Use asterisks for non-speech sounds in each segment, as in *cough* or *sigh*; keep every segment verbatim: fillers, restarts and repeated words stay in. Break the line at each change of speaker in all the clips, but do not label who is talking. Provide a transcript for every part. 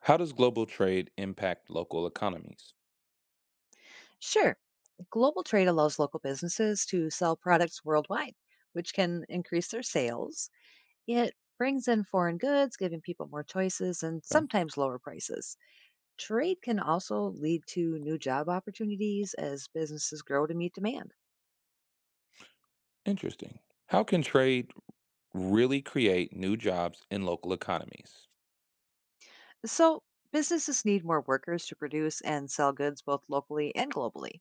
How does global trade impact local economies?
Sure. Global trade allows local businesses to sell products worldwide, which can increase their sales. It brings in foreign goods, giving people more choices and
Okay.
sometimes lower prices. Trade can also lead to new job opportunities as businesses grow to meet demand.
Interesting. How can trade really create new jobs in local economies?
So, businesses need more workers to produce and sell goods both locally and globally.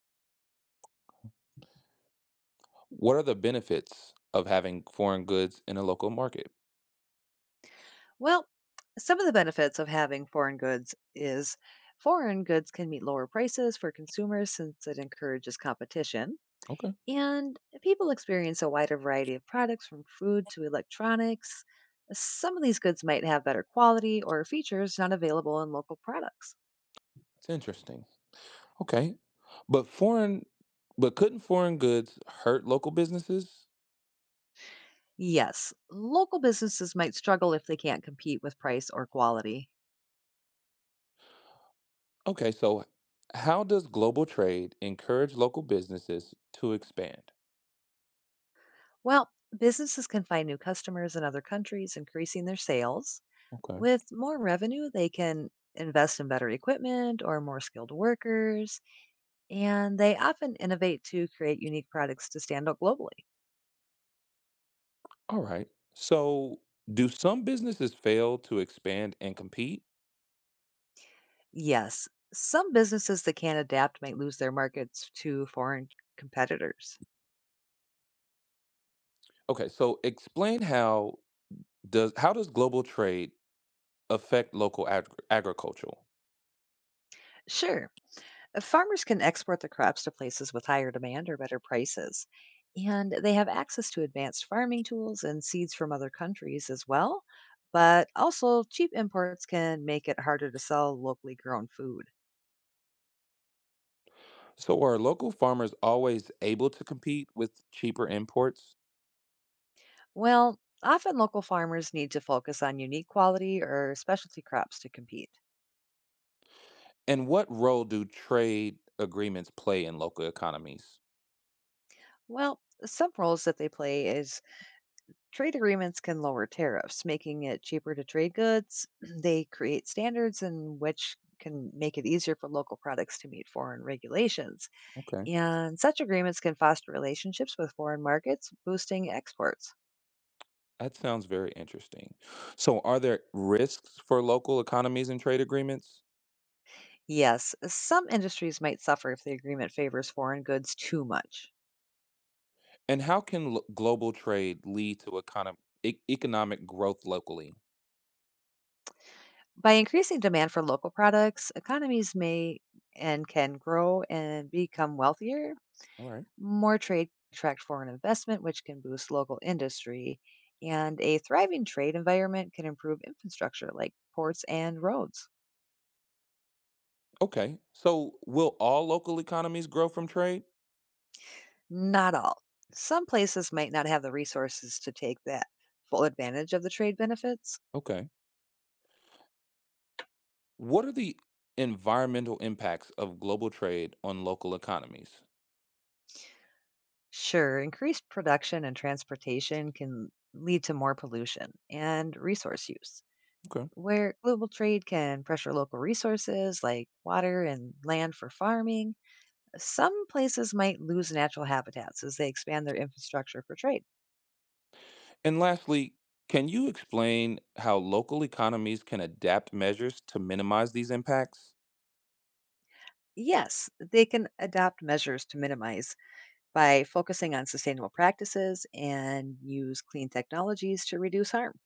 What are the benefits of having foreign goods in a local market?
Well, some of the benefits of having foreign goods is foreign goods can meet lower prices for consumers since it encourages competition.
Okay.
And people experience a wider variety of products from food to electronics. Some of these goods might have better quality or features not available in local products.
It's interesting. Okay. But foreign but couldn't foreign goods hurt local businesses?
Yes, local businesses might struggle if they can't compete with price or quality.
Okay, so how does global trade encourage local businesses to expand?
Well, businesses can find new customers in other countries, increasing their sales.
Okay.
With more revenue, they can invest in better equipment or more skilled workers, and they often innovate to create unique products to stand out globally.
All right. So do some businesses fail to expand and compete?
Yes. Some businesses that can't adapt might lose their markets to foreign competitors.
Okay, so explain how does how does global trade affect local ag- agriculture?
Sure, uh, farmers can export their crops to places with higher demand or better prices. And they have access to advanced farming tools and seeds from other countries as well. But also, cheap imports can make it harder to sell locally grown food.
So are local farmers always able to compete with cheaper imports?
Well, often local farmers need to focus on unique quality or specialty crops to compete.
And what role do trade agreements play in local economies?
Well, some roles that they play is trade agreements can lower tariffs, making it cheaper to trade goods. *clears throat* They create standards in which can make it easier for local products to meet foreign regulations.
Okay,
And such agreements can foster relationships with foreign markets, boosting exports.
that sounds very interesting. So are there risks for local economies and trade agreements?
Yes, some industries might suffer if the agreement favors foreign goods too much.
And how can lo- global trade lead to econo- e- economic growth locally?
By increasing demand for local products, economies may and can grow and become wealthier.
All right.
More trade can attract foreign investment, which can boost local industry, and a thriving trade environment can improve infrastructure like ports and roads.
Okay. So will all local economies grow from trade?
Not all. Some places might not have the resources to take that full advantage of the trade benefits.
Okay. What are the environmental impacts of global trade on local economies?
Sure, increased production and transportation can lead to more pollution and resource use,
Okay.
where global trade can pressure local resources like water and land for farming. Some places might lose natural habitats as they expand their infrastructure for trade.
And lastly, can you explain how local economies can adapt measures to minimize these impacts?
Yes, they can adopt measures to minimize by focusing on sustainable practices and use clean technologies to reduce harm.